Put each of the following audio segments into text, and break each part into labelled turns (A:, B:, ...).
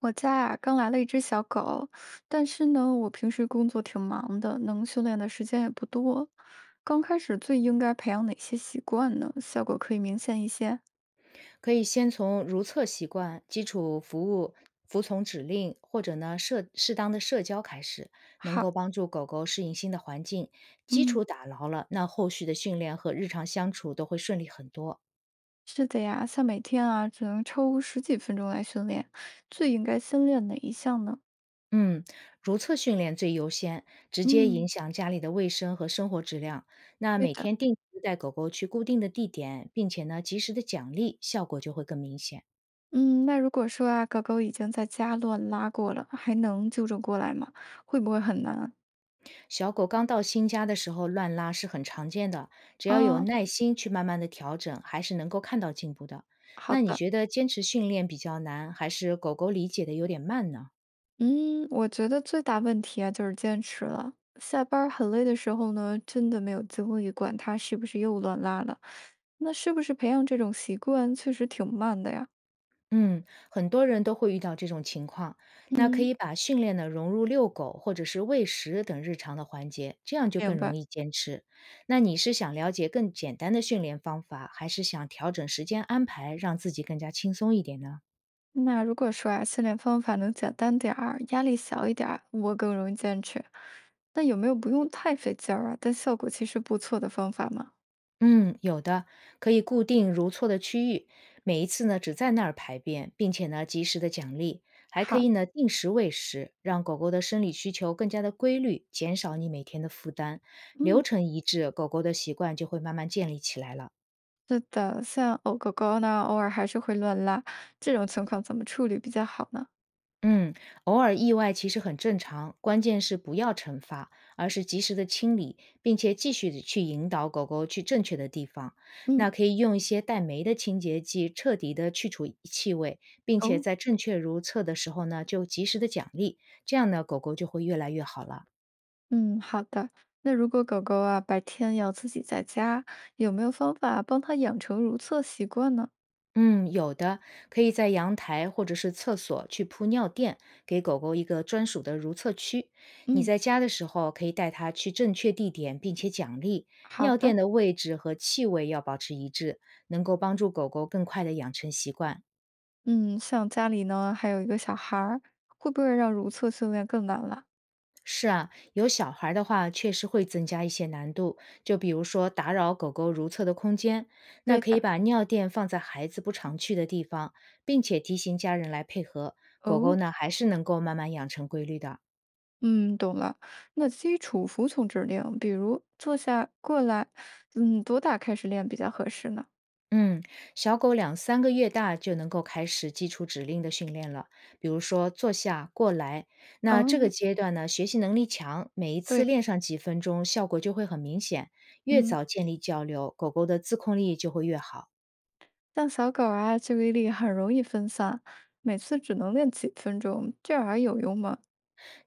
A: 我家啊，刚来了一只小狗，但是呢，我平时工作挺忙的，能训练的时间也不多。刚开始最应该培养哪些习惯呢？效果可以明显一些。
B: 可以先从如厕习惯、基础服务、服从指令，或者呢社适当的社交开始，能
A: 好。
B: 够帮助狗狗适应新的环境。基
A: 嗯。
B: 础打牢了，那后续的训练和日常相处都会顺利很多。
A: 是的呀，像每天啊，只能抽十几分钟来训练，最应该先练哪一项呢？
B: 嗯，如厕训练最优先，直接影
A: 嗯。
B: 响家里的卫生和生活质量。那
A: 对
B: 每
A: 的。
B: 天定期带狗狗去固定的地点，并且呢及时的奖励，效果就会更明显。
A: 嗯，那如果说啊，狗狗已经在家乱拉过了，还能纠正过来吗？会不会很难啊？
B: 小狗刚到新家的时候乱拉是很常见的，只要有
A: 啊，
B: 耐心去慢慢的调整，还是能够看到进步的。
A: 好
B: 那你
A: 的。
B: 觉得坚持训练比较难，还是狗狗理解的有点慢呢？
A: 嗯，我觉得最大问题啊就是坚持了。下班儿很累的时候呢，真的没有精力管他是不是又乱拉了。那是不是培养这种习惯确实挺慢的呀？
B: 嗯，很多人都会遇到这种情况。那可
A: 嗯。
B: 以把训练呢融入遛狗或者是喂食等日常的环节，这样就更
A: 明白。
B: 容易坚持。那你是想了解更简单的训练方法，还是想调整时间安排，让自己更加轻松一点呢？
A: 那如果说啊，训练方法能简单点儿，压力小一点儿，我更容易坚持。那有没有不用太费劲儿啊，但效果其实不错的方法吗？
B: 嗯，有的，可以固定如厕的区域，每一次呢只在那儿排便，并且呢及时的奖励，还可
A: 好。
B: 以呢定时喂食，让狗狗的生理需求更加的规律，减少你每天的负担。流
A: 嗯，
B: 程一致，狗狗的习惯就会慢慢建立起来了。
A: 是的，像偶狗狗呢，偶尔还是会乱拉，这种情况怎么处理比较好呢？
B: 嗯，偶尔意外其实很正常，关键是不要惩罚，而是及时的清理，并且继续的去引导狗狗去正确的地方。
A: 嗯。
B: 那可以用一些带酶的清洁剂，彻底的去除气味，并且
A: 哦。
B: 在正确如厕的时候呢，就及时的奖励，这样呢，狗狗就会越来越好了。
A: 嗯，好的。那如果狗狗啊，白天要自己在家，有没有方法帮它养成如厕习惯呢？
B: 嗯，有的，可以在阳台或者是厕所去铺尿垫，给狗狗一个专属的如厕区。你
A: 嗯。
B: 在家的时候可以带它去正确地点，并且奖励。
A: 好
B: 尿垫
A: 的。
B: 的位置和气味要保持一致，能够帮助狗狗更快地养成习惯。
A: 嗯，像家里呢，还有一个小孩儿，会不会让如厕训练更难了？
B: 是啊，有小孩儿的话，确实会增加一些难度。就比如说打扰狗狗如厕的空间，那
A: 对
B: 可以
A: 的。
B: 把尿垫放在孩子不常去的地方，并且提醒家人来配合。狗狗
A: 哦。
B: 呢，还是能够慢慢养成规律的。
A: 嗯，懂了。那基础服从指令，比如坐下、过来，嗯，多大开始练比较合适呢？
B: 嗯，小狗两三个月大就能够开始基础指令的训练了，比如说坐下、过来。那这个
A: 哦。
B: 阶段呢，学习能力强，每一次
A: 对。
B: 练上几分钟，效果就会很明显。越
A: 嗯，
B: 早建立交流，狗狗的自控力就会越好。
A: 像小狗啊，注意力很容易分散，每次只能练几分钟，这样还有用吗？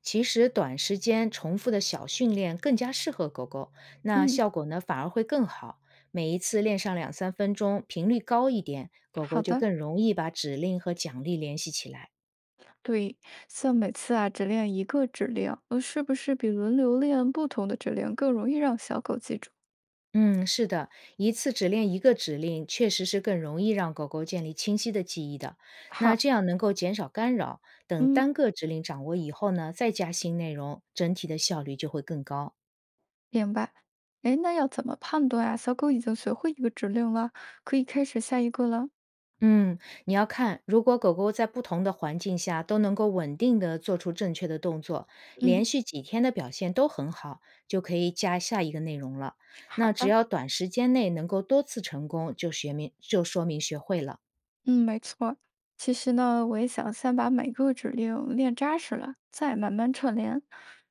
B: 其实短时间重复的小训练更加适合狗狗，那
A: 嗯。
B: 效果呢反而会更好。每一次练上2、3分钟，频率高一点，狗狗
A: 好
B: 就
A: 的。
B: 更容易把指令和奖励联系起来。
A: 对。像每次啊只练一个指令，是不是比轮流练不同的指令更容易让小狗记住？
B: 嗯，是的，一次只练一个指令，确实是更容易让狗狗建立清晰的记忆的。那
A: 好。
B: 这样能够减少干扰，等
A: 嗯，
B: 单个指令掌握以后呢，再加新内容，整体的效率就会更高。
A: 明白。哎，那要怎么判断啊？小狗已经学会一个指令了，可以开始下一个了。
B: 嗯，你要看，如果狗狗在不同的环境下都能够稳定的做出正确的动作，连
A: 嗯，
B: 续几天的表现都很好，就可以加下一个内容了。
A: 好
B: 那只
A: 的。
B: 要短时间内能够多次成功，就学明就说明学会了。
A: 嗯，没错儿。其实呢，我也想先把每个指令练扎实了，再慢慢串联。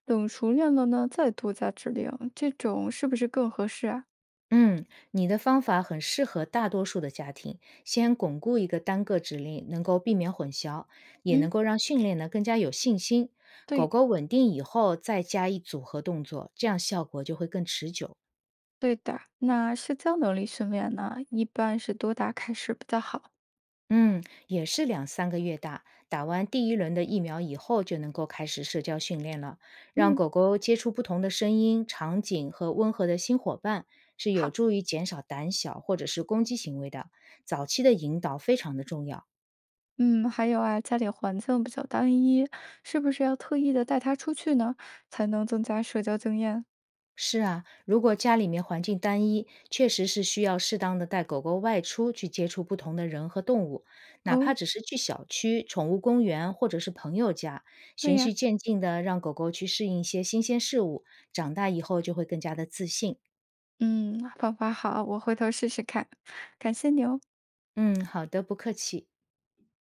A: 等熟练了呢，再多加指令，这种是不是更合适啊？
B: 嗯，你的方法很适合大多数的家庭，先巩固一个单个指令，能够避免混淆，也能
A: 嗯，
B: 够让训练呢更加有信心。狗
A: 对。
B: 狗稳定以后，再加以组合动作，这样效果就会更持久。
A: 对的，那社交能力训练呢，一般是多大开始比较好？
B: 嗯，也是两三个月大，打完第一轮的疫苗以后，就能够开始社交训练了。让
A: 嗯。
B: 狗狗接触不同的声音、场景和温和的新伙伴，是有
A: 好。
B: 助于减少胆小或者是攻击行为的。早期的引导非常的重要。
A: 嗯，还有啊，家里环境比较单一，是不是要特意的带他出去呢，才能增加社交经验？
B: 是啊，如果家里面环境单一，确实是需要适当的带狗狗外出去接触不同的人和动物，哪怕
A: 哦。
B: 只是去小区、宠物公园或者是朋友家，
A: 对
B: 循序
A: 呀。
B: 渐进的让狗狗去适应一些新鲜事物，长大以后就会更加的自信。
A: 嗯，方法好，我回头试试看，感谢你哦。
B: 嗯，好的，不客气。